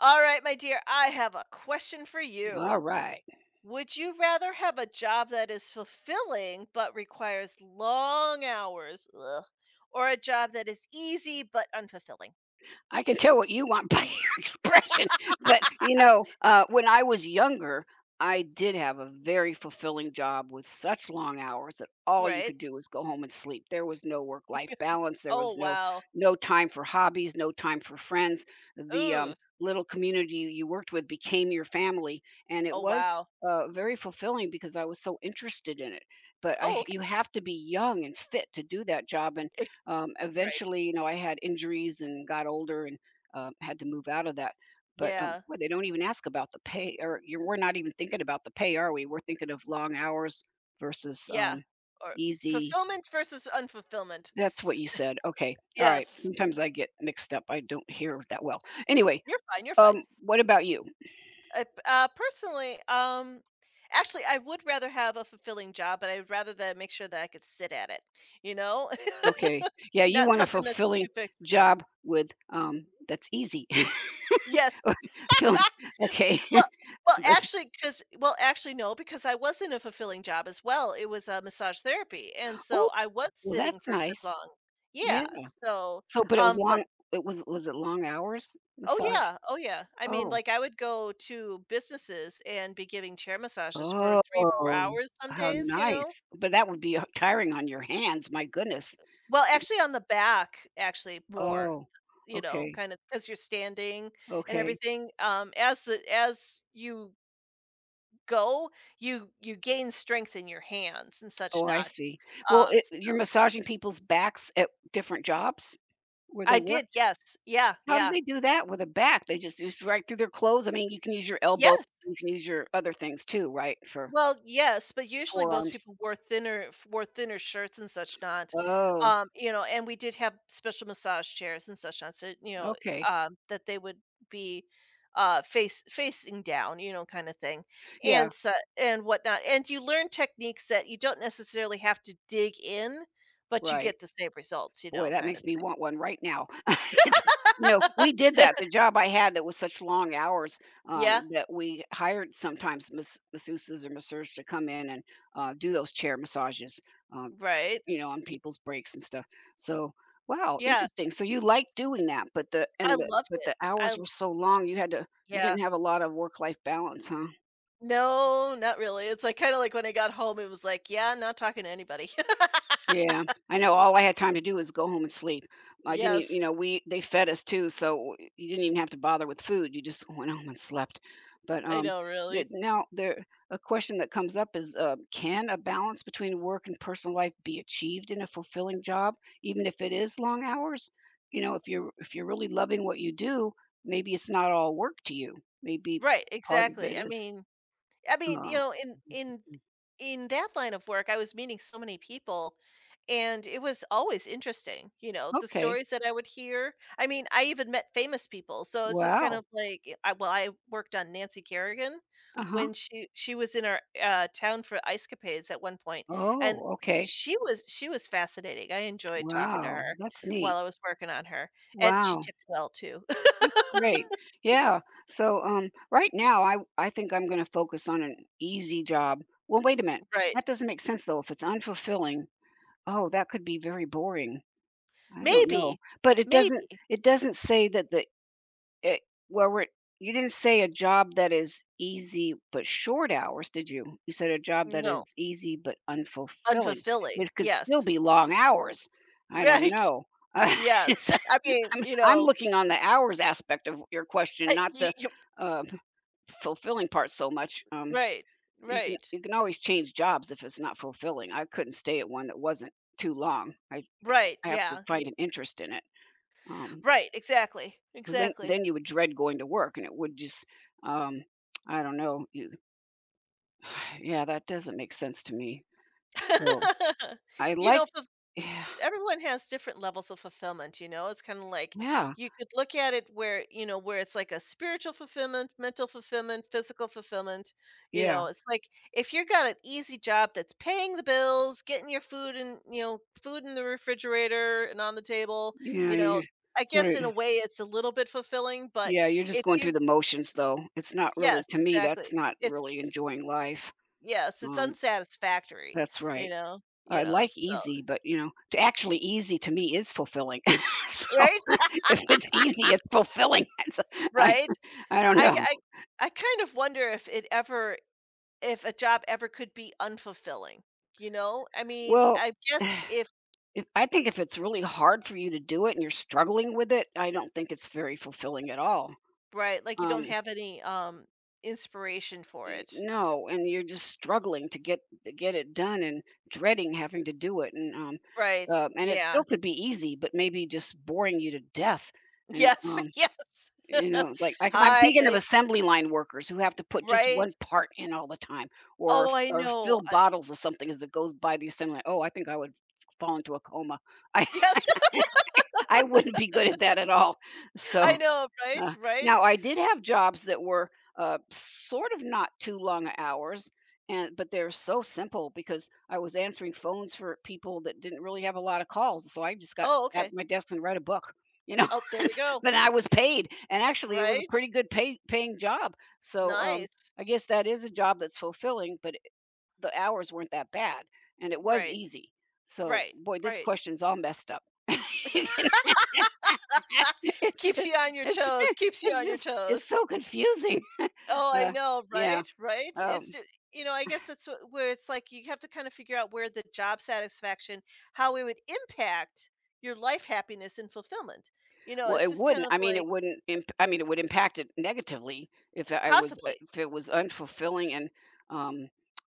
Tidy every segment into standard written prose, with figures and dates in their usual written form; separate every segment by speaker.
Speaker 1: All right, my dear, I have a question for
Speaker 2: All
Speaker 1: you.
Speaker 2: right.
Speaker 1: Would you rather have a job that is fulfilling but requires long hours, or a job that is easy but unfulfilling?
Speaker 2: I can tell what you want by your expression, but, you know, when I was younger, I did have a very fulfilling job with such long hours that all you
Speaker 1: Right?
Speaker 2: could do was go home and sleep. There was no work-life balance, there
Speaker 1: Oh
Speaker 2: was no
Speaker 1: wow.
Speaker 2: no time for hobbies, no time for friends. The
Speaker 1: Ooh.
Speaker 2: little community you worked with became your family, and it
Speaker 1: Oh
Speaker 2: was,
Speaker 1: wow.
Speaker 2: very fulfilling because I was so interested in it. But
Speaker 1: Oh
Speaker 2: I
Speaker 1: okay.
Speaker 2: you have to be young and fit to do that job, and
Speaker 1: Eh, right.
Speaker 2: Eventually, you know, I had injuries and got older and had to move out of that. But
Speaker 1: Yeah.
Speaker 2: boy, they don't even ask about the pay, or we're not even thinking about the pay, are we? We're thinking of long hours versus
Speaker 1: Yeah. Or
Speaker 2: easy.
Speaker 1: fulfillment versus unfulfillment.
Speaker 2: That's what you said. Okay. All right.
Speaker 1: Yes.
Speaker 2: Sometimes I get mixed up. I don't hear that well. Anyway,
Speaker 1: You're fine. You're fine.
Speaker 2: what about you?
Speaker 1: I p Personally, actually, I would rather have a fulfilling job, but I would rather that make sure that I could sit at it, you know?
Speaker 2: Okay. Yeah, you
Speaker 1: Not
Speaker 2: want a
Speaker 1: something that's
Speaker 2: fulfilling
Speaker 1: too physical.
Speaker 2: job with that's easy.
Speaker 1: Yes.
Speaker 2: Fulfilling- okay.
Speaker 1: Well well,
Speaker 2: But,
Speaker 1: actually, because no, because I was in a fulfilling job as well. It was, massage therapy, and
Speaker 2: oh,
Speaker 1: so I was
Speaker 2: well, that's
Speaker 1: sitting for a good
Speaker 2: nice.
Speaker 1: long.
Speaker 2: Yeah.
Speaker 1: Yeah, so,
Speaker 2: So, but it was
Speaker 1: but
Speaker 2: long it was it long hours
Speaker 1: oh,
Speaker 2: massage?
Speaker 1: yeah, oh, yeah. I mean,
Speaker 2: Oh,
Speaker 1: like, I would go to businesses and be giving chair massages for 3, 4
Speaker 2: oh,
Speaker 1: hours some
Speaker 2: how
Speaker 1: days, you know?
Speaker 2: nice. But that would be, tiring on your hands, my goodness.
Speaker 1: Well, actually on the back, actually more,
Speaker 2: Oh,
Speaker 1: you know,
Speaker 2: okay,
Speaker 1: kind of 'cause you're standing and
Speaker 2: okay.
Speaker 1: everything, as you go, you gain strength in your hands and such
Speaker 2: Oh, I
Speaker 1: not,
Speaker 2: see. Well, it
Speaker 1: so
Speaker 2: you're massaging people's backs at different jobs where they
Speaker 1: I did,
Speaker 2: worked?
Speaker 1: yes, yeah,
Speaker 2: How do
Speaker 1: yeah.
Speaker 2: they do that with a back? They just right through their clothes? I mean, you can use your
Speaker 1: Yeah.
Speaker 2: elbow, you can use your other things too, right, for
Speaker 1: Well, yes, but usually most
Speaker 2: forearms?
Speaker 1: people wore thinner shirts and such not.
Speaker 2: Oh,
Speaker 1: You know, and we did have special massage chairs and such not, so you know,
Speaker 2: okay.
Speaker 1: that they would be face facing down, you know, kind of thing.
Speaker 2: Yeah,
Speaker 1: And so and whatnot. And you learn techniques that you don't necessarily have to dig in, but you
Speaker 2: right.
Speaker 1: get the same results, you
Speaker 2: Boy,
Speaker 1: know,
Speaker 2: that
Speaker 1: kind
Speaker 2: makes
Speaker 1: of.
Speaker 2: me want one right now. It's you know, we did that. The job I had that was such long hours,
Speaker 1: Yeah,
Speaker 2: that we hired sometimes masseuses or masseurs to come in and, do those chair massages, um,
Speaker 1: right.
Speaker 2: you know, on people's breaks and stuff. So, wow,
Speaker 1: Yeah.
Speaker 2: interesting. So you like doing that, but the and
Speaker 1: I
Speaker 2: the
Speaker 1: loved
Speaker 2: but
Speaker 1: it.
Speaker 2: the hours
Speaker 1: I
Speaker 2: were so long, you had to you
Speaker 1: yeah.
Speaker 2: didn't have a lot of work-life balance, huh?
Speaker 1: No, not really. It's like kinda like when I got home, it was like, "Yeah, not talking to anybody."
Speaker 2: Yeah, I know all I had time to do was go home and sleep. I didn't e You
Speaker 1: Yes,
Speaker 2: know, we they fed us too, so you didn't even have to bother with food, you just went home and slept. But,
Speaker 1: I know,
Speaker 2: th
Speaker 1: really.
Speaker 2: now there a question that comes up is, can a balance between work and personal life be achieved in a fulfilling job, even if it is long hours? You know, if you're really loving what you do, maybe it's not all work to you. Maybe
Speaker 1: Right,
Speaker 2: part of
Speaker 1: exactly.
Speaker 2: it
Speaker 1: I
Speaker 2: is,
Speaker 1: mean I mean, you
Speaker 2: uh.
Speaker 1: know, in in that line of work, I was meeting so many people, and it was always interesting, you know, the
Speaker 2: Okay.
Speaker 1: stories that I would hear. I mean, I even met famous people, so it's just kind
Speaker 2: Wow.
Speaker 1: of like y I well, I worked on Nancy Kerrigan
Speaker 2: Uh-huh.
Speaker 1: when she was in our, town for ice capades at one point, and
Speaker 2: Oh, okay.
Speaker 1: she was fascinating. I enjoyed talking to
Speaker 2: Wow,
Speaker 1: her
Speaker 2: that's
Speaker 1: while
Speaker 2: neat.
Speaker 1: I was working on her, and she
Speaker 2: Wow,
Speaker 1: tipped well too.
Speaker 2: that's great. Yeah. So, right now, I think I'm going to focus on an easy job. Well, wait a minute.
Speaker 1: Right.
Speaker 2: That doesn't make sense though. If it's unfulfilling, oh, that could be very boring. I don't know.
Speaker 1: Maybe.
Speaker 2: But
Speaker 1: Maybe.
Speaker 2: it doesn't say that it, well, you didn't say a job that is easy but short hours, did you? You said a job that
Speaker 1: No.
Speaker 2: is easy but unfulfilling.
Speaker 1: Unfulfilling,
Speaker 2: It could
Speaker 1: yes.
Speaker 2: still be long hours. I don't
Speaker 1: Right.
Speaker 2: know. Uh,
Speaker 1: Yes. I mean, you
Speaker 2: I'm
Speaker 1: know,
Speaker 2: looking on the hours aspect of your question,
Speaker 1: I
Speaker 2: not the,
Speaker 1: y y-
Speaker 2: uh, fulfilling part so much.
Speaker 1: right, right,
Speaker 2: You can always change jobs if it's not fulfilling. I couldn't stay at one that wasn't too long.
Speaker 1: right,
Speaker 2: I have to
Speaker 1: yeah, ye
Speaker 2: find an interest in it. Um,
Speaker 1: right, exactly,
Speaker 2: Because
Speaker 1: exactly.
Speaker 2: then you would dread going to work, and it would just, um, I don't know, you yeah, that doesn't make sense to me. So, I
Speaker 1: You
Speaker 2: like
Speaker 1: know,
Speaker 2: yeah,
Speaker 1: everyone has different levels of fulfillment, you know? It's kind of like
Speaker 2: yeah,
Speaker 1: you could look at it where, you know, where it's like a spiritual fulfillment, mental fulfillment, physical fulfillment, you know, it's like if you got an easy job that's paying the bills, getting your food and, you know, food in the refrigerator and on the table,
Speaker 2: yeah,
Speaker 1: you
Speaker 2: yeah,
Speaker 1: know,
Speaker 2: you.
Speaker 1: I guess in a way it's a little bit fulfilling, but
Speaker 2: Yeah, you're just
Speaker 1: if
Speaker 2: going through
Speaker 1: you
Speaker 2: the motions, though. It's not really
Speaker 1: yes,
Speaker 2: that's
Speaker 1: exactly.
Speaker 2: not
Speaker 1: It's
Speaker 2: really enjoying life.
Speaker 1: yes, it's
Speaker 2: Um,
Speaker 1: unsatisfactory,
Speaker 2: that's
Speaker 1: you
Speaker 2: right.
Speaker 1: know. You
Speaker 2: I
Speaker 1: know,
Speaker 2: like
Speaker 1: so
Speaker 2: easy, but, you know, to actually easy to me is fulfilling. So,
Speaker 1: right?
Speaker 2: if it's easy, it's fulfilling. It's I
Speaker 1: Right?
Speaker 2: I don't
Speaker 1: I
Speaker 2: know.
Speaker 1: I I kind of wonder if it ever if a job ever could be unfulfilling, you know? I mean,
Speaker 2: Well,
Speaker 1: I guess if
Speaker 2: if I think if it's really hard for you to do it and you're struggling with it, I don't think it's very fulfilling at all.
Speaker 1: right, like you don't
Speaker 2: Um,
Speaker 1: have any inspiration for it.
Speaker 2: no, and you're just struggling to get it done and dreading having to do it and um,
Speaker 1: Right.
Speaker 2: and it still
Speaker 1: Yeah.
Speaker 2: could be easy but maybe just boring you to death and
Speaker 1: Yes.
Speaker 2: um,
Speaker 1: Yes.
Speaker 2: you know, I'm
Speaker 1: Hi,
Speaker 2: thinking of
Speaker 1: thank
Speaker 2: assembly line workers who have to put just one
Speaker 1: right.
Speaker 2: part in all the time or
Speaker 1: Oh, I know.
Speaker 2: fill bottles of something as it goes by the assembly line. Oh, I think I would fall into a coma. i
Speaker 1: Yes,
Speaker 2: I wouldn't be good at that at all.
Speaker 1: I
Speaker 2: So,
Speaker 1: know, right?
Speaker 2: uh,
Speaker 1: Right.
Speaker 2: now I did have jobs that were, sort of not too long hours, and but they're so simple because I was answering phones for people that didn't really have a lot of calls. So I just got
Speaker 1: Oh,
Speaker 2: sat
Speaker 1: okay.
Speaker 2: at my desk and read a book, you know.
Speaker 1: Oh, there we go.
Speaker 2: But I was paid, and actually it was a
Speaker 1: Right?
Speaker 2: pretty good paying job. So
Speaker 1: Nice.
Speaker 2: I guess that is a job that's fulfilling, but the hours weren't that bad, and it was
Speaker 1: Right.
Speaker 2: easy. So
Speaker 1: Right.
Speaker 2: boy, this
Speaker 1: Right.
Speaker 2: question's all messed up. It's
Speaker 1: Keeps you on your
Speaker 2: it's
Speaker 1: toes. Keeps you
Speaker 2: it's
Speaker 1: on your
Speaker 2: just it's
Speaker 1: toes.
Speaker 2: so confusing.
Speaker 1: Oh, I
Speaker 2: Uh,
Speaker 1: know,
Speaker 2: yeah,
Speaker 1: right? Right? It's
Speaker 2: um,
Speaker 1: just you know, I guess that's where it's like you have to kind of figure out where the job satisfaction, how it would impact your life happiness and fulfillment. You know,
Speaker 2: well,
Speaker 1: it's just kind of
Speaker 2: it
Speaker 1: like
Speaker 2: wouldn't it would impact it negatively if I was,
Speaker 1: possibly.
Speaker 2: if it was unfulfilling and, um,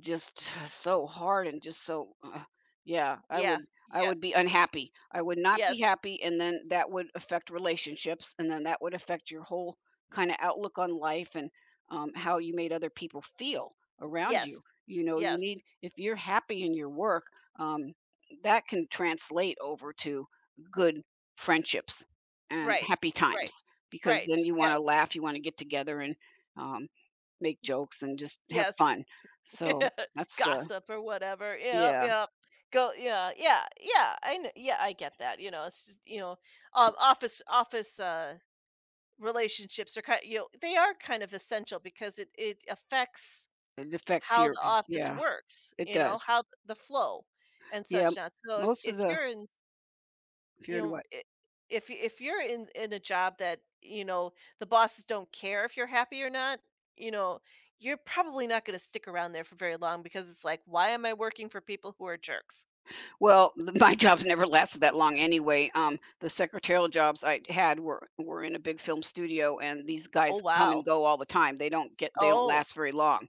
Speaker 2: just so hard and just so yeah,
Speaker 1: Yeah.
Speaker 2: I
Speaker 1: Yeah.
Speaker 2: would be unhappy. I would not be
Speaker 1: Yes.
Speaker 2: happy, and then that would affect relationships, and then that would affect your whole kinda outlook on life and, how you made other people feel around
Speaker 1: Yes.
Speaker 2: you. You know, you
Speaker 1: Yes.
Speaker 2: need if you're happy in your work, um, that can translate over to good friendships and
Speaker 1: Right.
Speaker 2: happy
Speaker 1: Right.
Speaker 2: times, because then
Speaker 1: Right.
Speaker 2: you
Speaker 1: Yes.
Speaker 2: wanna laugh, you wanna get together and, um, make jokes and just have
Speaker 1: Yes.
Speaker 2: fun. So that's, uh,
Speaker 1: Gossip or whatever. Yeah.
Speaker 2: yeah,
Speaker 1: Yeah. Go. Yeah. Yeah. Yeah. I know. Yeah. I get that. You know, it's just, you know, um, office, office, uh, relationships are kind you know, they are kind of essential because it affects
Speaker 2: it affects
Speaker 1: how
Speaker 2: your
Speaker 1: the office
Speaker 2: yeah,
Speaker 1: works,
Speaker 2: it
Speaker 1: you know,
Speaker 2: does.
Speaker 1: how th the flow and
Speaker 2: Yeah,
Speaker 1: such not. So if
Speaker 2: most of the
Speaker 1: you're in,
Speaker 2: if you're
Speaker 1: you
Speaker 2: in
Speaker 1: know,
Speaker 2: West.
Speaker 1: I if y if you're in a job that, you know, the bosses don't care if you're happy or not, you know, you're probably not gonna stick around there for very long because it's like, "Why am I working for people who are jerks?"
Speaker 2: Well, th my jobs never lasted that long anyway. The secretarial jobs I had were in a big film studio, and these
Speaker 1: "Oh,
Speaker 2: guys come and
Speaker 1: wow.
Speaker 2: go all the time. They don't
Speaker 1: Oh,
Speaker 2: last very long.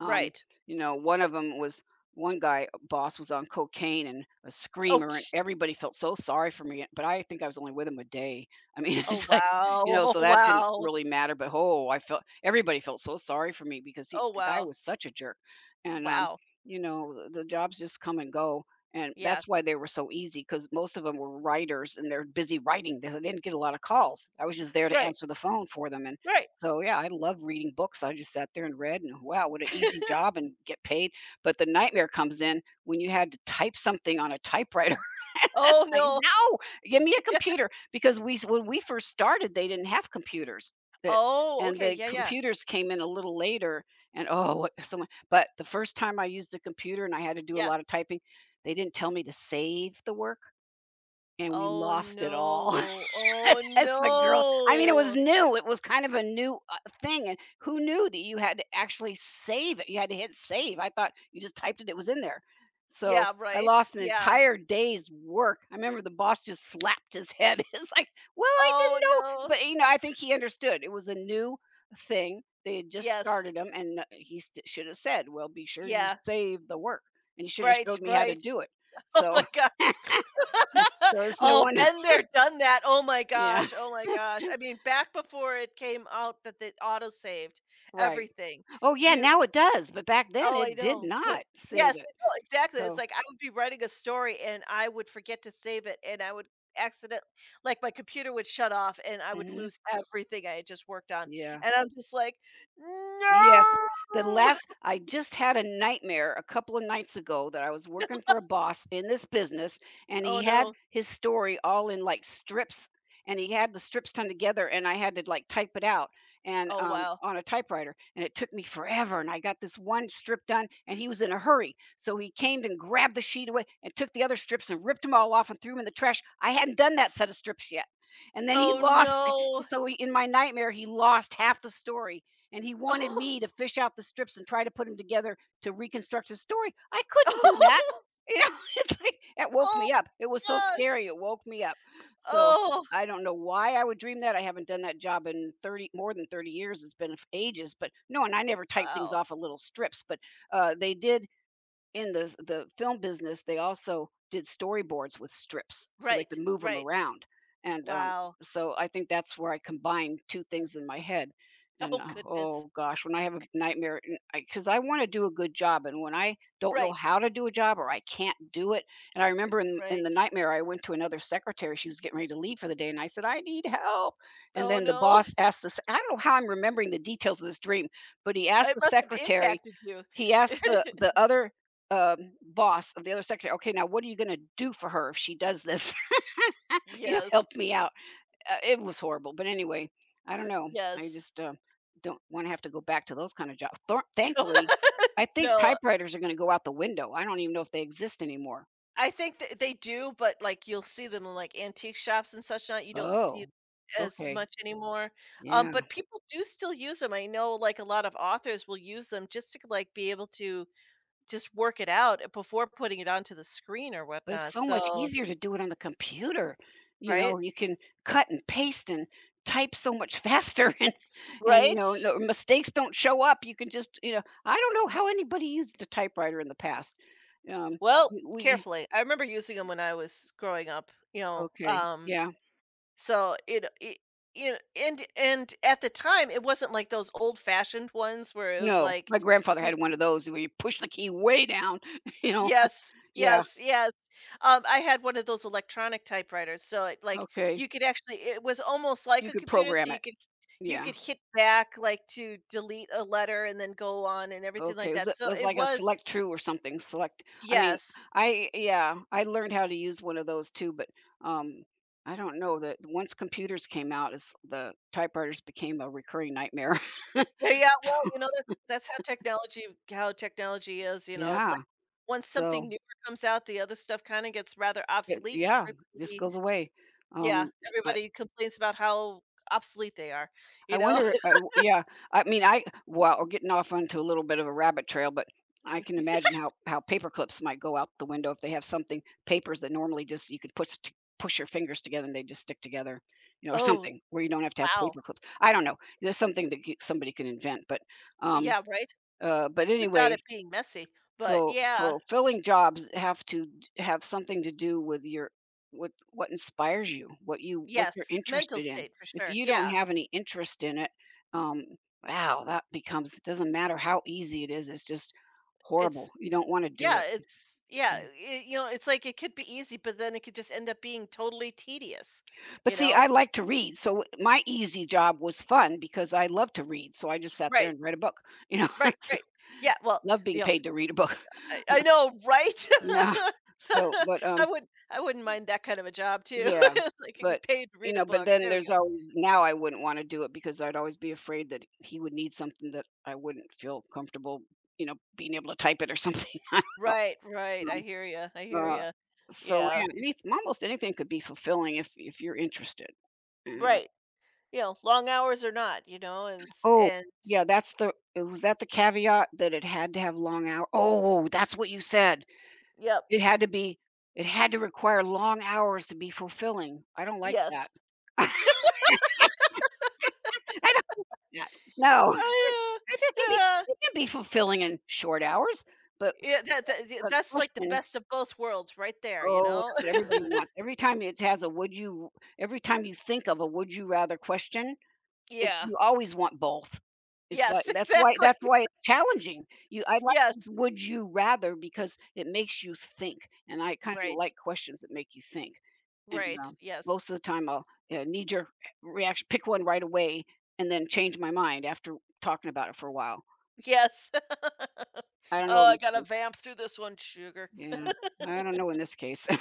Speaker 2: Um,
Speaker 1: right.
Speaker 2: you know, one of them was one guy boss was on cocaine and a
Speaker 1: Oh,
Speaker 2: screamer, and
Speaker 1: ch
Speaker 2: everybody felt so sorry for me. But I think I was only with him a day. I mean,
Speaker 1: Oh,
Speaker 2: it's like you know,
Speaker 1: wow.
Speaker 2: so
Speaker 1: Oh,
Speaker 2: that didn't
Speaker 1: wow.
Speaker 2: really matter. But oh, I felt everybody felt so sorry for me because
Speaker 1: Oh,
Speaker 2: the guy
Speaker 1: wow.
Speaker 2: was such a jerk, and
Speaker 1: Wow."
Speaker 2: you know, the jobs just come and go and that's why
Speaker 1: Yes.
Speaker 2: they were so easy, because most of them were writers, and they're busy writing. They didn't get a lot of calls. I was just there to
Speaker 1: Right,
Speaker 2: answer the phone for them, and
Speaker 1: right.
Speaker 2: so, yeah, I love reading books. I just sat there and read, and wow, what an easy job and get paid. But the nightmare comes in when you had to type something on a typewriter.
Speaker 1: Oh,
Speaker 2: Like,
Speaker 1: no.
Speaker 2: no, give me a
Speaker 1: Yeah.
Speaker 2: computer because we when we first started, they didn't have computers. That
Speaker 1: Oh,
Speaker 2: and
Speaker 1: okay.
Speaker 2: the
Speaker 1: Yeah,
Speaker 2: computers came in a little later. And oh, what someone! But the first time I used a computer and I had to do a
Speaker 1: yeah.
Speaker 2: lot of typing, they didn't tell me to save the work, and we
Speaker 1: Oh,
Speaker 2: lost it all.
Speaker 1: no. Oh,
Speaker 2: That's the girl. I mean, it was
Speaker 1: no.
Speaker 2: new, it was kind of a new, thing, and who knew that you had to actually save it? You had to hit save, I thought you just typed it, it was in there. So,
Speaker 1: Yeah,
Speaker 2: I
Speaker 1: right.
Speaker 2: lost an
Speaker 1: Yeah.
Speaker 2: entire day's work. I remember the boss just slapped his head. It's like, "Well, I
Speaker 1: Oh,
Speaker 2: didn't know,"
Speaker 1: no.
Speaker 2: but, you know, I think he understood. It was a new thing, they had just
Speaker 1: Yes.
Speaker 2: started 'em, and, he st should have said, "Well, be sure you
Speaker 1: Yeah.
Speaker 2: save the work," and he should have
Speaker 1: Right,
Speaker 2: showed me how to
Speaker 1: right.
Speaker 2: do it.
Speaker 1: Oh
Speaker 2: So
Speaker 1: my gosh.
Speaker 2: so it's no
Speaker 1: Oh,
Speaker 2: wonder.
Speaker 1: been there, done that. Oh my
Speaker 2: Yeah.
Speaker 1: gosh. Oh my gosh. I mean, back before it came out that it auto-saved
Speaker 2: Right.
Speaker 1: everything,
Speaker 2: Oh, yeah,
Speaker 1: you
Speaker 2: now it does, but back then
Speaker 1: oh, I
Speaker 2: it did
Speaker 1: know, but
Speaker 2: not save
Speaker 1: yes, I
Speaker 2: it.
Speaker 1: know, exactly, it's
Speaker 2: So
Speaker 1: like I would be writing a story and I would forget to save it and I would accident like, my computer would shut off and I would
Speaker 2: mhm,
Speaker 1: lose everything I had just worked on,
Speaker 2: yeah.
Speaker 1: and I'm just like,
Speaker 2: Yes,
Speaker 1: "No!"
Speaker 2: the last I just had a nightmare a couple of nights ago that I was working for a boss in this business, and
Speaker 1: Oh,
Speaker 2: he had
Speaker 1: no.
Speaker 2: his story all in like strips, and he had the strips done together, and I had to like type it out and
Speaker 1: Oh, wow.
Speaker 2: on a typewriter, and it took me forever. And I got this one strip done, and he was in a hurry, so he came and grabbed the sheet away and took the other strips and ripped them all off and threw them in the trash. I hadn't done that set of strips yet, and then he
Speaker 1: Oh,
Speaker 2: lost.
Speaker 1: no.
Speaker 2: So he, in my nightmare, he lost half the story and he wanted
Speaker 1: Oh,
Speaker 2: me to fish out the strips and try to put them together to reconstruct his story. I couldn't do that.
Speaker 1: oh,
Speaker 2: You know, it's like it woke
Speaker 1: oh
Speaker 2: me up. It was so
Speaker 1: gosh.
Speaker 2: scary. It woke me up. So
Speaker 1: Oh,
Speaker 2: I don't know why I would dream that. I haven't done that job in 30, more than 30 years. It's been ages, but no, and I never type things
Speaker 1: wow.
Speaker 2: off of little strips, but they did in the film business. They also did storyboards with strips so they could
Speaker 1: Right,
Speaker 2: move them
Speaker 1: right.
Speaker 2: around, and
Speaker 1: Wow.
Speaker 2: so I think that's where I combined 2 things in my head, and,
Speaker 1: Oh,
Speaker 2: uh,
Speaker 1: goodness.
Speaker 2: oh gosh, when I have a nightmare because I 'cause I wanna do a good job, and when I don't know
Speaker 1: Right,
Speaker 2: how to do a job or I can't do it. And I remember in the
Speaker 1: right.
Speaker 2: nightmare, I went to another secretary. She was getting ready to leave for the day, and I said, "I need help," and
Speaker 1: Oh,
Speaker 2: then the
Speaker 1: no.
Speaker 2: boss asked the I don't know how I'm remembering the details of this dream, but he asked
Speaker 1: It
Speaker 2: the
Speaker 1: must have
Speaker 2: secretary
Speaker 1: impacted you.
Speaker 2: he asked the other boss of the other secretary, okay, now what are you going to do for her if she does this? Help
Speaker 1: Yes,
Speaker 2: me out. It was horrible. But anyway, I don't know. I
Speaker 1: yes.
Speaker 2: just don't want to have to go back to those kind of jobs. Thankfully, I
Speaker 1: No,
Speaker 2: think
Speaker 1: no,
Speaker 2: typewriters are going to go out the window. I don't even know if they exist anymore.
Speaker 1: I think th they do, but, like, you'll see them in, like, antique shops and such not, you don't see
Speaker 2: Oh,
Speaker 1: as
Speaker 2: okay.
Speaker 1: much anymore,
Speaker 2: Yeah.
Speaker 1: but people do still use them. I know, like, a lot of authors will use them just to, like, be able to just work it out before putting it onto the screen or
Speaker 2: But it's
Speaker 1: whatnot,
Speaker 2: so much
Speaker 1: so
Speaker 2: easier to do it on the computer. You
Speaker 1: right?
Speaker 2: know, you can cut and paste and type so much faster and you know,
Speaker 1: Right?
Speaker 2: no mistakes don't show up. You can just, you know, I don't know how anybody used a typewriter in the past. Um,
Speaker 1: Well,
Speaker 2: w- we
Speaker 1: carefully, I remember using them when I was growing up, you know,
Speaker 2: okay, yeah.
Speaker 1: so, it you know, and at the time, it wasn't like those old-fashioned ones where it was
Speaker 2: No,
Speaker 1: like,
Speaker 2: my grandfather
Speaker 1: you
Speaker 2: had one of those where you push the key way down, you know.
Speaker 1: yes,
Speaker 2: Yeah,
Speaker 1: yes, yes. I had one of those electronic typewriters, so it like,
Speaker 2: okay.
Speaker 1: you could actually it was almost like
Speaker 2: You
Speaker 1: a
Speaker 2: could
Speaker 1: computer, so
Speaker 2: program it.
Speaker 1: you
Speaker 2: Yeah.
Speaker 1: could hit back, like, to delete a letter and then go on and everything
Speaker 2: Okay,
Speaker 1: like
Speaker 2: it was
Speaker 1: that.
Speaker 2: it
Speaker 1: So,
Speaker 2: was
Speaker 1: it
Speaker 2: like a
Speaker 1: was
Speaker 2: Select True or something, Select I mean,
Speaker 1: yes.
Speaker 2: I yeah, I learned how to use one of those too, but, um, I don't know that once computers came out, is the typewriters became a recurring nightmare.
Speaker 1: Yeah, yeah, well, you know, that's how technology is, you know, it's like
Speaker 2: Yeah,
Speaker 1: once
Speaker 2: so,
Speaker 1: something newer comes out, the other stuff kinda gets rather
Speaker 2: it
Speaker 1: obsolete and
Speaker 2: yeah, just
Speaker 1: everybody
Speaker 2: goes away.
Speaker 1: yeah,
Speaker 2: Um, I
Speaker 1: everybody complains about how obsolete they are, you
Speaker 2: I
Speaker 1: know?
Speaker 2: wonder I w yeah, I mean, I well, we're getting off onto a little bit of a rabbit trail, but I can imagine how paper clips might go out the window if they have something papers that normally just you could push your fingers together and they just stick together, you know, or
Speaker 1: Oh,
Speaker 2: something where you don't have to have
Speaker 1: wow.
Speaker 2: paper clips. I don't know. There's something that c somebody can invent, um,
Speaker 1: Yeah, right?
Speaker 2: but
Speaker 1: Without
Speaker 2: anyway
Speaker 1: it being messy, but yeah,
Speaker 2: Fulfilling jobs have to d have something to do with your with what inspires you, what you're
Speaker 1: yes, mental
Speaker 2: interested in.
Speaker 1: state for
Speaker 2: If
Speaker 1: sure,
Speaker 2: you don't
Speaker 1: yeah.
Speaker 2: have any interest in it, um, wow, that becomes it doesn't matter how easy it is, it's just horrible.
Speaker 1: It's
Speaker 2: You don't wanna do
Speaker 1: yeah,
Speaker 2: it.
Speaker 1: it's yeah,
Speaker 2: Yeah.
Speaker 1: I you know, it's like it could be easy, but then it could just end up being totally tedious,
Speaker 2: But
Speaker 1: you
Speaker 2: see, I
Speaker 1: know?
Speaker 2: like to read, so my easy job was fun because I love to read, so I just sat there
Speaker 1: Right,
Speaker 2: and read a book, you know?
Speaker 1: right,
Speaker 2: So
Speaker 1: right. Yeah, well,
Speaker 2: love being
Speaker 1: you know,
Speaker 2: paid to read a book.
Speaker 1: I know, right?
Speaker 2: Yeah. So, but,
Speaker 1: I wouldn't mind that kind of a job too.
Speaker 2: Yeah,
Speaker 1: It's like getting
Speaker 2: but,
Speaker 1: paid to
Speaker 2: you
Speaker 1: read a
Speaker 2: know, but
Speaker 1: book.
Speaker 2: then
Speaker 1: There we
Speaker 2: there's
Speaker 1: go.
Speaker 2: always now I wouldn't wanna do it because I'd always be afraid that he would need something that I wouldn't feel comfortable, you know, being able to type it or something. I don't
Speaker 1: Right, right.
Speaker 2: know.
Speaker 1: I hear you. I hear
Speaker 2: Uh,
Speaker 1: you.
Speaker 2: so,
Speaker 1: Yeah.
Speaker 2: man, any almost anything could be fulfilling if you're interested. And, uh
Speaker 1: Right. You know, long hours or not, you know,
Speaker 2: oh,
Speaker 1: and
Speaker 2: yeah, that's the was that the caveat that it had to have long hour oh, that's what you said.
Speaker 1: yep.
Speaker 2: It had to be it had to require long hours to be fulfilling. I don't like that.
Speaker 1: Yes.
Speaker 2: I don't need that. No.
Speaker 1: Oh,
Speaker 2: It it can be
Speaker 1: yeah. Yeah.
Speaker 2: it can be fulfilling in short hours, but
Speaker 1: Yeah, that that yeah,
Speaker 2: a
Speaker 1: that's like the
Speaker 2: question
Speaker 1: best of both worlds right there, you
Speaker 2: oh,
Speaker 1: know?
Speaker 2: that's what everybody wants. Every time you think of a would you rather question, it
Speaker 1: Yeah.
Speaker 2: you always want both. It's like
Speaker 1: Yes, exactly.
Speaker 2: that's why it's challenging. You I like
Speaker 1: Yes.
Speaker 2: would you rather because it makes you think, and I kinda
Speaker 1: Right.
Speaker 2: like questions that make you think. And,
Speaker 1: Right. Yes.
Speaker 2: most of the time, I'll, you know, knee-jerk reaction, pick one right away, and then change my mind after talking about it for a while.
Speaker 1: Yes.
Speaker 2: I don't know
Speaker 1: Oh,
Speaker 2: in
Speaker 1: I
Speaker 2: this
Speaker 1: gotta
Speaker 2: case.
Speaker 1: vamp through this one, sugar.
Speaker 2: Yeah, I don't know in this case.